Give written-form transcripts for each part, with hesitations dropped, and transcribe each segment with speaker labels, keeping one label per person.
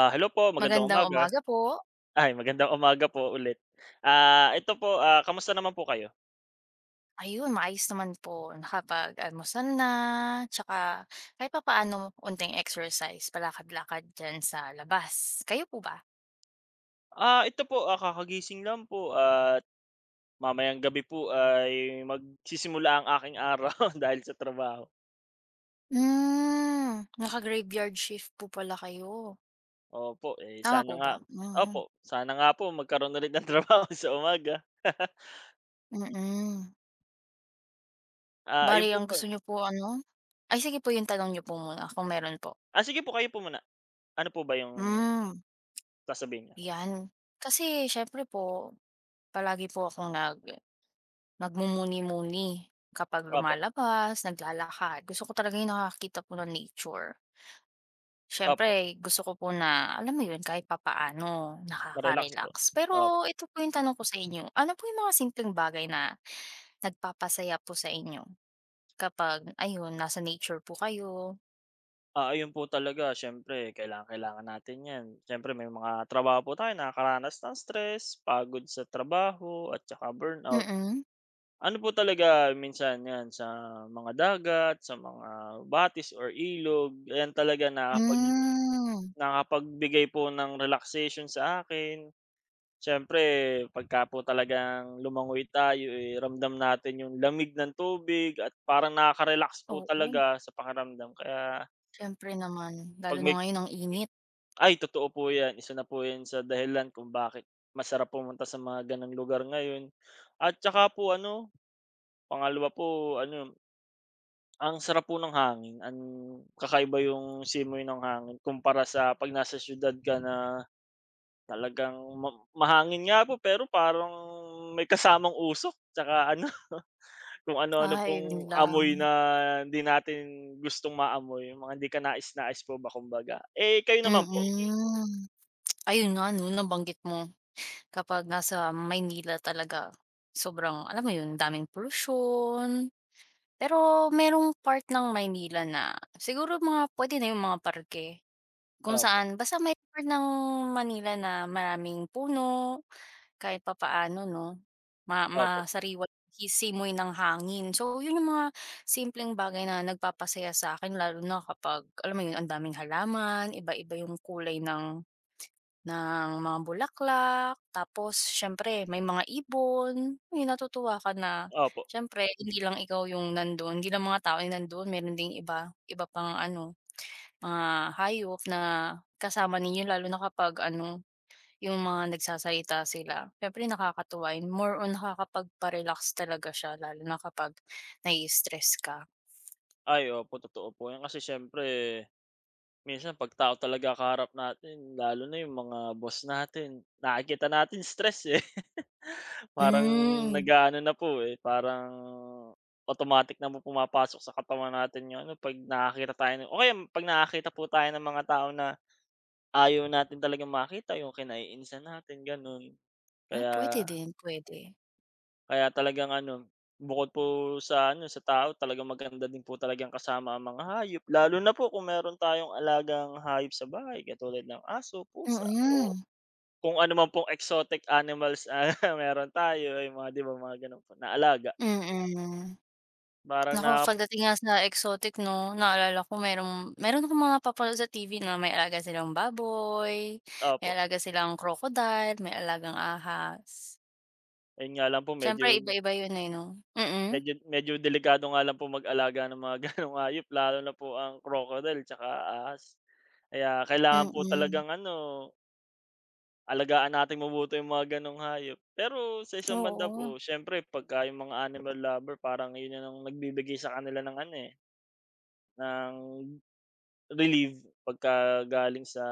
Speaker 1: Ah, hello po, magandang
Speaker 2: Magandang
Speaker 1: umaga.
Speaker 2: umaga po.
Speaker 1: Ay, magandang umaga po ulit. Ah, ito po, kamusta naman po kayo?
Speaker 2: Ayun, maayos naman po. Nakapag-almusal na, tsaka kahit papaano unting exercise, palakad-lakad diyan sa labas. Kayo po ba?
Speaker 1: Ah, ito po, kakagising lang po at mamayang gabi po ay magsisimula ang aking araw dahil sa trabaho.
Speaker 2: Naka-graveyard shift po pala kayo.
Speaker 1: Opo, eh,
Speaker 2: Tama
Speaker 1: sana
Speaker 2: po
Speaker 1: nga,
Speaker 2: ba? Mhm,
Speaker 1: opo, sana nga po magkaroon ulit ng trabaho sa umaga.
Speaker 2: mm.
Speaker 1: Ah, ayun
Speaker 2: Bale
Speaker 1: po
Speaker 2: ang
Speaker 1: po.
Speaker 2: gusto niyo po ano ay sige po yung tanong niyo po muna kung meron po.
Speaker 1: Ah, sige po, kayo po muna. Ano po ba yung
Speaker 2: Hmm,
Speaker 1: sasabihin niyo?
Speaker 2: 'yan. Kasi syempre po palagi po akong nag Nagmumuni-muni kapag
Speaker 1: Opo,
Speaker 2: lumalabas, naglalakad. Gusto ko talaga yung nakakakita po ng nature. Siyempre
Speaker 1: opo,
Speaker 2: gusto ko po na, alam mo yun, kahit papaano
Speaker 1: ma-relax po.
Speaker 2: nakaka-relax. Pero ito po yung tanong ko sa inyo, ano po yung mga simpleng bagay na nagpapasaya po sa inyo kapag ayun, nasa nature po kayo?
Speaker 1: Yun po talaga, siyempre kailangang-kailangan natin 'yan. Siyempre may mga trabaho po tayo, nakakaranas ng stress, pagod sa trabaho at saka burnout.
Speaker 2: Mm-mm.
Speaker 1: Ano po talaga minsan 'yan sa mga dagat, sa mga batis or ilog, ayan talaga
Speaker 2: Mm.
Speaker 1: nakapagbigay po ng relaxation sa akin. Siyempre pagka po talagang lumangoy tayo, eh, ramdam natin yung lamig ng tubig at parang nakaka-relax
Speaker 2: Hmm,
Speaker 1: po
Speaker 2: oo,
Speaker 1: talaga sa pakiramdam. Kaya
Speaker 2: siyempre naman.
Speaker 1: 'pag
Speaker 2: Lalo na
Speaker 1: may
Speaker 2: ngayon ang init.
Speaker 1: Ay, totoo po 'yan, isa na po 'yan sa dahilan kung bakit masarap pumunta sa mga ganang lugar ngayon. At saka po ano, pangalawa po ano, ang sarap po ng hangin, ang kakaiba yung simoy ng hangin kumpara sa 'pag nasa siyudad ka, na talagang mahangin nga po, pero parang may kasamang usok tsaka ano, kung ano-ano
Speaker 2: Ay, yun
Speaker 1: pong amoy
Speaker 2: lang.
Speaker 1: na hindi natin gustong maamoy, yung mga hindi kanais-nais po ba, kumbaga. Eh, kayo naman po?
Speaker 2: Mm. Ayun nga 'no, nabanggit mo. Kapag nasa Maynila talaga, sobrang alam mo yun, daming pollution. Pero merong part ng Maynila na siguro mga puwede na yung mga parke, kung
Speaker 1: Opo,
Speaker 2: saan basta may part ng Manila na maraming puno, kahit papaano 'no,
Speaker 1: opo,
Speaker 2: masariwa simoy ng hangin. So yun yung mga simpleng bagay na nagpapasaya sa'kin lalo na kapag alam mo yun, ang daming halaman, iba-iba yung kulay ng mga bulaklak, tapos siyempre may mga ibon. May natutuwa ka na
Speaker 1: opo.
Speaker 2: siyempre hindi lang ikaw yung nandun, hindi lang mga tao yung nandun, meron ding iba iba pang ano, mga hayop na kasama ninyo lalo na kapag ano, yung mga nagsasalita sila. Siyempre nakakatuwa yun, more on nakakapagpa-relax talaga siya lalo na kapag nai-stress ka.
Speaker 1: Ay opo, totoo po 'yan. Kasi siyempre minsan 'pag tao talaga kaharap natin, lalo na yung mga boss natin, nakikita natin, stress, eh. Parang
Speaker 2: Hmm,
Speaker 1: nag-aano na po, eh, parang automatic na po pumapasok sa katawan natin yung ano 'pag nakakita tayo ng, o kaya 'pag nakakita po tayo ng mga tao na ayaw natin talagang makita, yung kinaiinsan natin, gano'n.
Speaker 2: ah, pwede
Speaker 1: Kaya
Speaker 2: din, puwede.
Speaker 1: Kaya talagang ano, bukod po sa ano, sa tao, talagang maganda din po talagang kasama ang mga hayop, lalo na po kung meron tayong alagang hayop sa bahay katulad ng aso, pusa o
Speaker 2: Mm,
Speaker 1: kung ano man pong exotic animals, ah, meron tayo yung mga, 'di ba, mga gano'n po na alaga.
Speaker 2: mm.
Speaker 1: Parang
Speaker 2: Naku,
Speaker 1: na
Speaker 2: pagdating nga sa exotic 'no, naalala ko meron akong mga papanood sa TV na may alaga silang baboy, may
Speaker 1: Opo,
Speaker 2: alaga silang crocodile, may alagang ahas.
Speaker 1: ayun nga lang po, medyo
Speaker 2: Siyempre iba-iba yun, eh, 'no? Mm,
Speaker 1: medyo medyo delikado nga lang po mag-alaga ng mga gano'ng hayop, lalo na po ang crocodile 'tsaka ahas. Kaya kailangan po
Speaker 2: mm.
Speaker 1: talagang ano, alagaan nating mabuti yung mga gano'ng hayop. Pero sa isang banda po,
Speaker 2: Oo,
Speaker 1: siyempre pagka yung mga animal lover, parang yun ang nagbibigay sa kanila ng ano, eh, ng relief pagka galing sa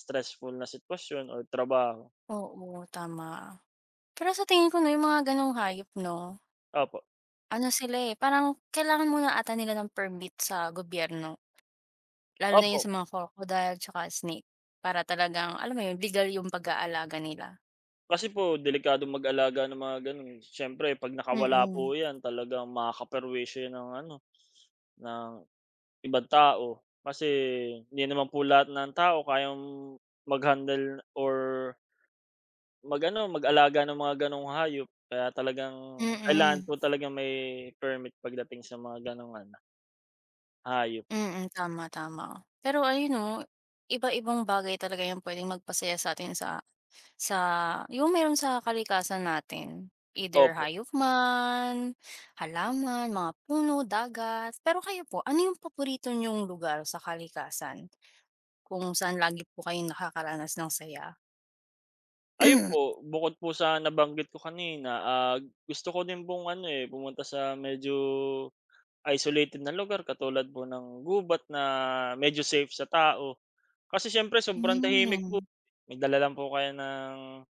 Speaker 1: stressful na sitwasyon or trabaho.
Speaker 2: Oo, tama. Pero sa tingin ko 'no, yung mga gano'ng hayop 'no,
Speaker 1: Opo,
Speaker 2: ano sila, eh, parang kailangan muna ata nila ng permit sa gobyerno, lalo na yun
Speaker 1: opo.
Speaker 2: sa mga crocodile tsaka snake para talagang alam mo yun, legal yung pag-aalaga nila.
Speaker 1: Kasi po delikado mag-alaga ng mga gano'n, siyempre 'pag nakawala po
Speaker 2: Mm,
Speaker 1: 'yan, talagang makakaperwisyo 'yan ng ano, ng ibang tao. Kasi hindi naman po lahat ng tao kayang mag-handle or mag-ano, mag-alaga ng mga gano'ng hayop, kaya talagang kailangan
Speaker 2: mm.
Speaker 1: po talagang may permit pagdating sa mga gano'ng ano, hayop.
Speaker 2: Mm, tama, tama. Pero ayun 'no, iba-ibang bagay talaga yung puwedeng magpasaya sa'tin sa yung meron sa kalikasan natin. Either
Speaker 1: Opo.
Speaker 2: hayop man, halaman, mga puno, dagat. Pero kayo po, ano yung paborito niyong lugar sa kalikasan kung saan lagi po kayong nakakaranas ng saya?
Speaker 1: Ayun po, bukod po sa nabanggit ko kanina, ah, gusto ko din pong ano, eh, pumunta sa medyo isolated na lugar katulad po ng gubat na medyo safe sa tao. Kasi siyempre sobrang tahimik po,
Speaker 2: Hmm,
Speaker 1: may dala lang po kayo ng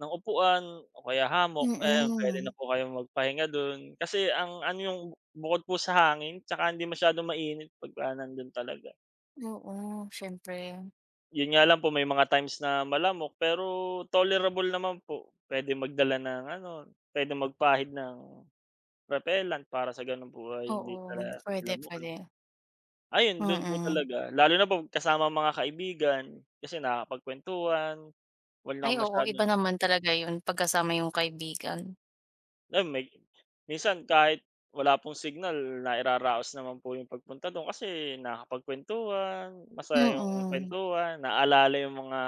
Speaker 1: Ng upuan o kaya hammock, ayan puwede
Speaker 2: mm.
Speaker 1: na po kayong magpahinga do'n. Kasi ang ano yung bukod po sa hangin tsaka hindi masyadong mainit pagka nando'n talaga.
Speaker 2: Oo, siyempre.
Speaker 1: 'Yun nga lang po, may mga times na malamok, pero tolerable naman po. Puwedeng magdala ng ano, puwedeng magpahid ng repellent para sa gano'n po ay hindi
Speaker 2: Oo, pwede
Speaker 1: lamukin.
Speaker 2: pwede.
Speaker 1: Ayun do'n po
Speaker 2: Mm.
Speaker 1: talaga, lalo na po kasama ang mga kaibigan kasi nakakapagkuwentuhan, wala
Speaker 2: Ay oo, iba
Speaker 1: masyadong
Speaker 2: naman talaga yun pagkasama yung kaibigan.
Speaker 1: Ay may minsan kahit wala pong signal, nairaraos naman po yung pagpunta dun kasi nakakapagkwentuhan, masaya yung
Speaker 2: Mm.
Speaker 1: kwentuhan, naalala yung mga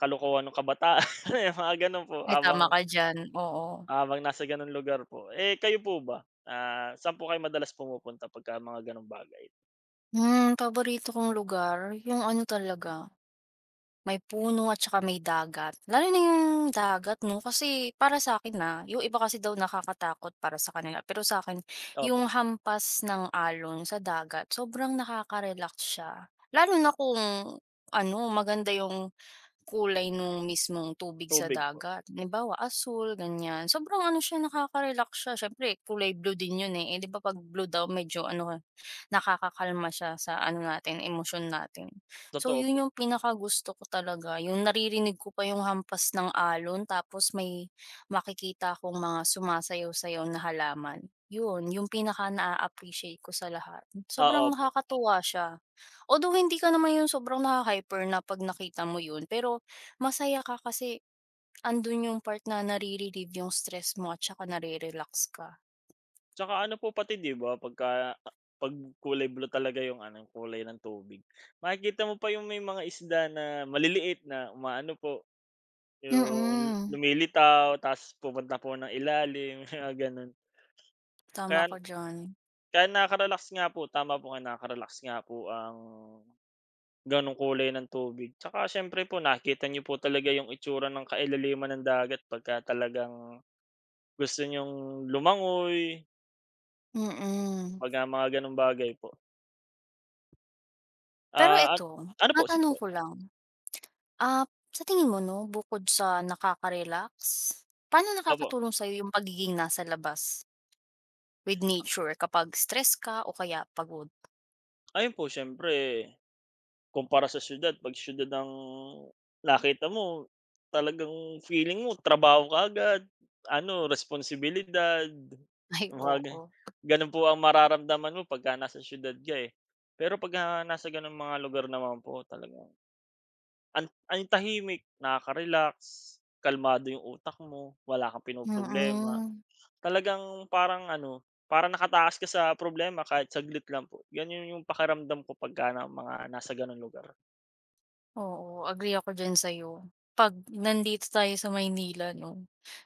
Speaker 1: kalokohan nung kabataan, yung mga gano'n po
Speaker 2: Ay,
Speaker 1: habang
Speaker 2: tama ka diyan, oo.
Speaker 1: habang nasa gano'ng lugar po. Eh, kayo po ba, saan po kayo madalas pumupunta pagka mga gano'ng bagay?
Speaker 2: Hmm, paborito kong lugar yung ano talaga, may puno at saka may dagat. Lalo na yung dagat 'no, kasi para sa'kin, ah, yung iba kasi daw nakakatakot para sa kanila, pero sa'kin
Speaker 1: Opo,
Speaker 2: yung hampas ng alon sa dagat sobrang nakaka-relax siya. Lalo na kung ano maganda yung kulay nung mismong tubig sa
Speaker 1: tubig po,
Speaker 2: dagat. Halimbawa asul, ganyan. Sobrang ano siya, nakaka-relax siya. Siyempre kulay blue din yun, eh. Eh, 'di ba 'pag blue daw medyo ano, ka- nakakakalma siya sa ano natin, emosyon natin. So
Speaker 1: totoo po.
Speaker 2: yun yung pinakagusto ko talaga, yung naririnig ko pa yung hampas ng alon tapos may makikita akong mga sumasayaw-sayaw na halaman. Yun, yung pinaka naa-appreciate ko sa lahat. Sobrang
Speaker 1: Oo.
Speaker 2: nakakatuwa siya. Although hindi ka naman yung sobrang naha-hyper na 'pag nakita mo yun, pero masaya ka kasi andun yung part na nare-relieve yung stress mo at saka nare-relax ka.
Speaker 1: Tsaka ano po, pati 'di ba pagka 'pag kulay blue talaga yung ano, kulay ng tubig, makikita mo pa yung may mga isda na maliliit na umaano po, yung
Speaker 2: Mm,
Speaker 1: lumilitaw ta's pupunta po ng ilalim, mga gano'n.
Speaker 2: tama
Speaker 1: Kaya
Speaker 2: ka diyan,
Speaker 1: kaya nakaka-relax nga po, tama po kayo, nakaka-relax nga po ang gano'ng kulay ng tubig. Tsaka siyempre po nakita niyo po talaga yung itsura ng kailaliman ng dagat pagka talagang gusto niyong lumangoy,
Speaker 2: mm.
Speaker 1: pagka mga gano'ng bagay po.
Speaker 2: Pero
Speaker 1: Ah, an
Speaker 2: eto,
Speaker 1: Ano po, sige
Speaker 2: matanong
Speaker 1: po?
Speaker 2: ko lang, ah, sa tingin mo 'no, bukod sa nakaka-relax, paano
Speaker 1: Opo.
Speaker 2: nakakatulong sa'yo yung pagiging nasa labas with nature kapag stress ka o kaya pagod?
Speaker 1: Ayun po, siyempre kumpara sa siyudad, 'pag siyudad ang nakita mo, talagang feeling mo trabaho kaagad, ano, responsibilidad,
Speaker 2: Ay
Speaker 1: mga
Speaker 2: oo,
Speaker 1: gano'n po ang mararamdaman mo pagka nasa siyudad ka, eh. Pero pagka nasa gano'ng mga lugar naman po, talagang ang tahimik, nakaka-relax, kalmado yung utak mo, wala kang pinoproblema.
Speaker 2: mm.
Speaker 1: Talagang parang ano, parang nakataas ka sa problema kahit saglit lang po. Ganyan yung pakiramdam ko pagka ng mga nasa gano'ng lugar.
Speaker 2: Oo, agree ako diyan sa'yo. 'Pag nandito tayo sa Maynila 'no,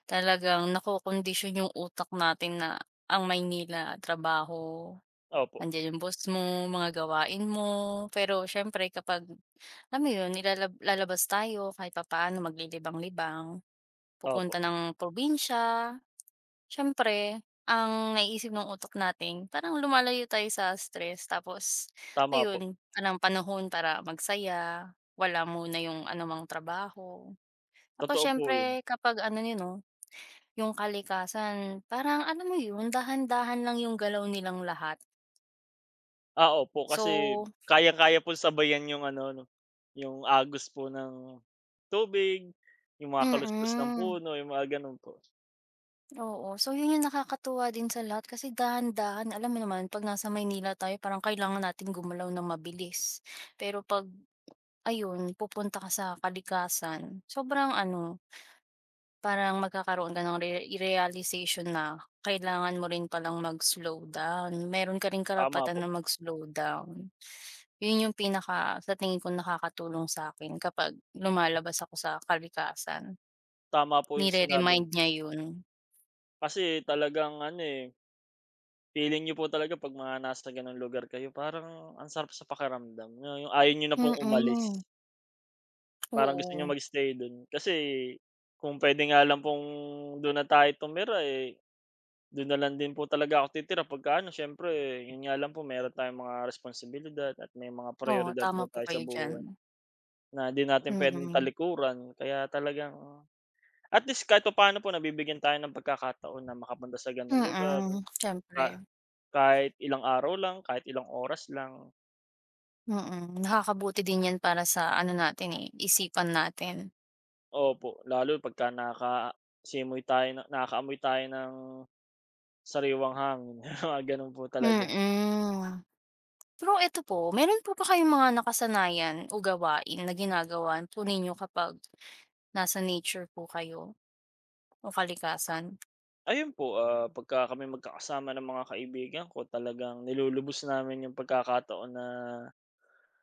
Speaker 2: talagang nakokondisyon yung utak natin na ang Maynila trabaho,
Speaker 1: Opo,
Speaker 2: andiyan yung boss mo, mga gawain mo. Pero siyempre kapag alam mo yun, lalabas tayo kahit papaano, maglilibang-libang,
Speaker 1: opo,
Speaker 2: pupunta ng probinsya. Siyempre, ang naiisip ng utak natin parang lumalayo tayo sa stress tapos
Speaker 1: tama po.
Speaker 2: ayun, parang panahon para magsaya, wala muna yung anumang trabaho. Tapos
Speaker 1: Totoo po 'yun.
Speaker 2: siyempre kapag ano yun 'no, yung kalikasan parang alam mo yun, dahan-dahan lang yung galaw nilang lahat.
Speaker 1: Ah, opo, kasi
Speaker 2: So
Speaker 1: kaya kaya pong sabayan yung ano 'no, yung agos po ng tubig, yung mga kaluskos ng
Speaker 2: mm,
Speaker 1: puno, yung mga gano'n po.
Speaker 2: oo. So yun yung nakakatuwa din sa lahat kasi dahan-dahan alam mo naman 'pag nasa Maynila tayo parang kailangan natin gumalaw ng mabilis. Pero 'pag ayun, pupunta ka sa kalikasan, sobrang ano, parang magkakaroon ka ng realization na kailangan mo rin palang mag-slow down, meron ka ring
Speaker 1: Tama
Speaker 2: karapatan
Speaker 1: po,
Speaker 2: na mag-slow down. Yun yung pinaka sa tingin ko nakakatulong sa akin kapag lumalabas ako sa kalikasan,
Speaker 1: tama po yung sinabi
Speaker 2: nire-remind
Speaker 1: niyo.
Speaker 2: niya yun.
Speaker 1: Kasi talagang ano, eh, feeling niyo po talaga 'pag mga nasa gano'ng lugar kayo parang ang sarap sa pakiramdam, na yung ayaw niyo na pong umalis.
Speaker 2: Mm,
Speaker 1: Parang gusto niyang
Speaker 2: oo.
Speaker 1: mag-stay dun. Kasi kung puwede nga lang pong dun na tayo tumira, eh, dun na lang din po talaga ako titira pagka ano, siyempre yun nga lang po meron tayong mga responsibilidad at may mga
Speaker 2: Oo,
Speaker 1: prayoridad
Speaker 2: tama
Speaker 1: po
Speaker 2: po
Speaker 1: tayo sa
Speaker 2: kayo diyan.
Speaker 1: buhay na di natin puwedeng
Speaker 2: Mm,
Speaker 1: talikuran. Kaya talagang at least kahit papaano po nabibigyan tayo ng pagkakataon na makapunta sa gano'ng lugar,
Speaker 2: mm,
Speaker 1: ka
Speaker 2: siyempre.
Speaker 1: kahit ilang araw lang, kahit ilang oras lang.
Speaker 2: Mm, nakakabuti din 'yan para sa ano natin, eh, isipan natin.
Speaker 1: Opo, lalo pagka nakasimoy tayo, na nakakaamoy tayo ng sariwang hangin, mga gano'n po talaga.
Speaker 2: Mm. Pero eto po, meron po ba kayong mga nakasanayan o gawain na ginagawa po ninyo kapag nasa nature po kayo o kalikasan?
Speaker 1: Ayun po, ah, pagka kami magkakasama ng mga kaibigan ko, talagang nilulubos namin yung pagkakataon na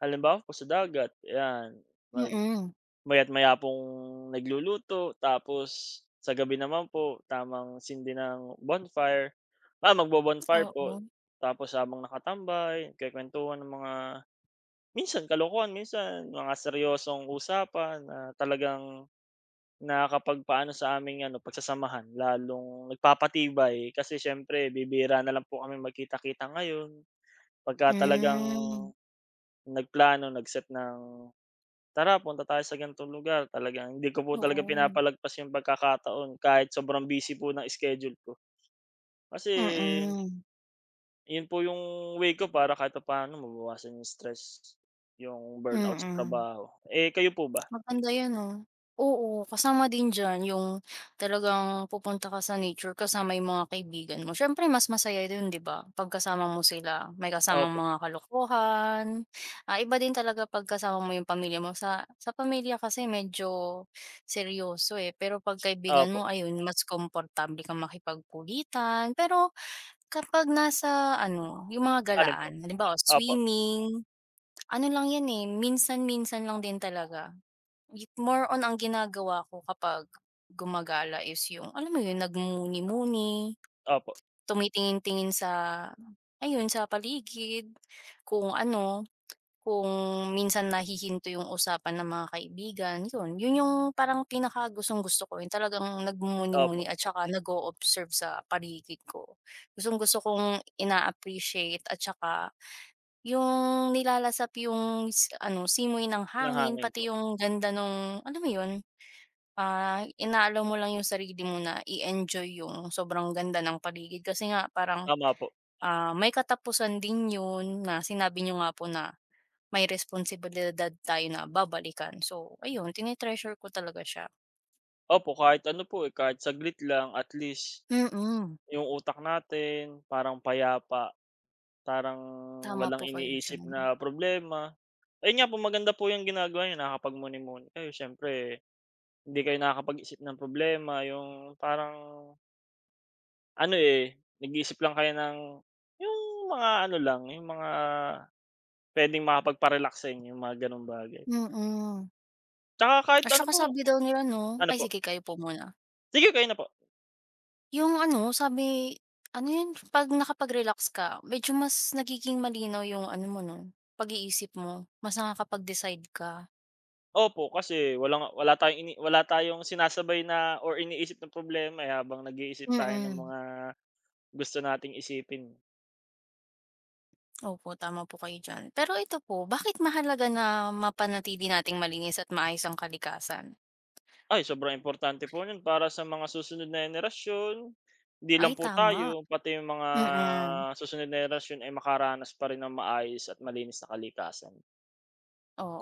Speaker 1: halimbawa po sa dagat, yan. mag
Speaker 2: Mm,
Speaker 1: Maya't-maya pong nagluluto, tapos sa gabi naman po tamang sindi ng bonfire, magbo-bonfire po.
Speaker 2: oo.
Speaker 1: Tapos habang nakatambay, nagkukuwentuhan ng mga minsan kalokohan, minsan mga seryosong usapan na talagang nakakapagpaano sa aming ano, pagsasamahan, lalong nagpapatibay kasi siyempre bibihira na lang po kaming magkita-kita ngayon. Pagka talagang
Speaker 2: Mm,
Speaker 1: nagplano, nag-set ng, "Tara punta tayo sa ganitong lugar." Talagang hindi ko po talaga
Speaker 2: oo.
Speaker 1: pinapalagpas yung pagkakataon kahit sobrang busy po ng schedule ko. Kasi
Speaker 2: Mm,
Speaker 1: yun po yung way ko para kahit papaano mabawasan yung stress, yung burnout sa
Speaker 2: mm.
Speaker 1: trabaho. Eh, kayo po ba?
Speaker 2: Maganda 'yan, ah. Oo, kasama din diyan yung talagang pupunta ka sa nature kasama yung mga kaibigan mo. Siyempre mas masaya dun 'di ba, pagkasama mo sila. May kasamang
Speaker 1: Opo,
Speaker 2: mga kalokohan, ah, iba din talaga pagkasama mo yung pamilya mo. Sa pamilya kasi medyo seryoso, eh, pero 'pag kaibigan
Speaker 1: opo.
Speaker 2: mo ayun, mas komportable kang makipagkulitan. Pero kapag nasa ano, yung mga
Speaker 1: Alin po?
Speaker 2: galaan, halimbawa
Speaker 1: Opo,
Speaker 2: swimming, ano lang 'yan, eh, minsan-minsan lang din talaga. Git more on ang ginagawa ko kapag gumagala is yung alam mo yun, nagmuni muni
Speaker 1: opo,
Speaker 2: tumitingin-tingin sa ayun, sa paligid, kung ano, kung minsan nahihinto yung usapan ng mga kaibigan, yun. Yun yung parang pinakagustong-gusto ko, yung talagang nagmuni muni
Speaker 1: opo,
Speaker 2: at saka nag-o-observe sa paligid ko. Gustong-gusto kong ina-appreciate at saka yung nilalasap yung ano, simoy ng
Speaker 1: ng
Speaker 2: hangin,
Speaker 1: hangin.
Speaker 2: pati yung ganda nung alam mo yun? Ah, inaalaw mo lang yung sarili mo na i-enjoy yung sobrang ganda ng paligid kasi nga parang,
Speaker 1: Tama po.
Speaker 2: ah, may katapusan din yun na sinabi niyo nga po na may responsibilidad tayo na babalikan. So ayun, tine-treasure ko talaga siya.
Speaker 1: Opo, kahit ano po, eh, kahit saglit lang, at least
Speaker 2: Mm, mm,
Speaker 1: yung utak natin parang payapa, parang
Speaker 2: tama
Speaker 1: walang
Speaker 2: po kayo
Speaker 1: iniisip
Speaker 2: diyan.
Speaker 1: na problema. Ayun nga po, maganda po yung ginagawa niyo, nakakapagmuni-muni kayo, siyempre hindi kayo nakakapag-isip ng problema, yung parang ano, eh, nag-iisip lang kayo ng yung mga ano lang, yung mga puwedeng makapagpa-relax sa inyo, yung mga gano'ng bagay.
Speaker 2: Mm.
Speaker 1: Tsaka kahit
Speaker 2: At
Speaker 1: ano
Speaker 2: saka
Speaker 1: po,
Speaker 2: sabi daw nila 'no
Speaker 1: ano
Speaker 2: ay
Speaker 1: po?
Speaker 2: sige kayo po muna.
Speaker 1: Sige, kayo na po.
Speaker 2: Yung ano sabi, ano yun 'pag nakapag-relax ka medyo mas nagiging malinaw yung ano mo 'no, pag-iisip mo, mas nakakapag-decide ka.
Speaker 1: Opo, kasi wala tayong sinasabay na or iniisip na problema, eh, habang nag-iisip tayo ng
Speaker 2: Mm.
Speaker 1: mga gusto nating isipin.
Speaker 2: Opo, tama po kayo diyan. Pero ito po, bakit mahalaga na mapanatili nating malinis at maayos ang kalikasan?
Speaker 1: Ay, sobrang importante po niyan para sa mga susunod na henerasyon. Hindi lang
Speaker 2: Ay
Speaker 1: po
Speaker 2: tama.
Speaker 1: tayo, pati yung mga
Speaker 2: Mm.
Speaker 1: susunod na henerasyon ay makaranas pa rin ng maayos at malinis na kalikasan.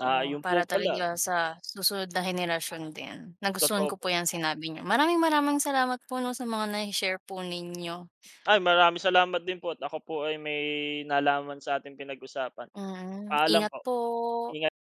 Speaker 1: Ah, yun po
Speaker 2: para
Speaker 1: pala,
Speaker 2: talaga sa susunod na henerasyon din. Nagustuhan
Speaker 1: totoo
Speaker 2: ko
Speaker 1: po.
Speaker 2: po 'yang sinabi niyo. Maraming maraming salamat po 'no, sa mga na share po ninyo.
Speaker 1: Ay, maraming salamat din po at ako po ay may nalaman sa ating pinag-usapan.
Speaker 2: Mm,
Speaker 1: Paalam
Speaker 2: ingat
Speaker 1: po.
Speaker 2: po.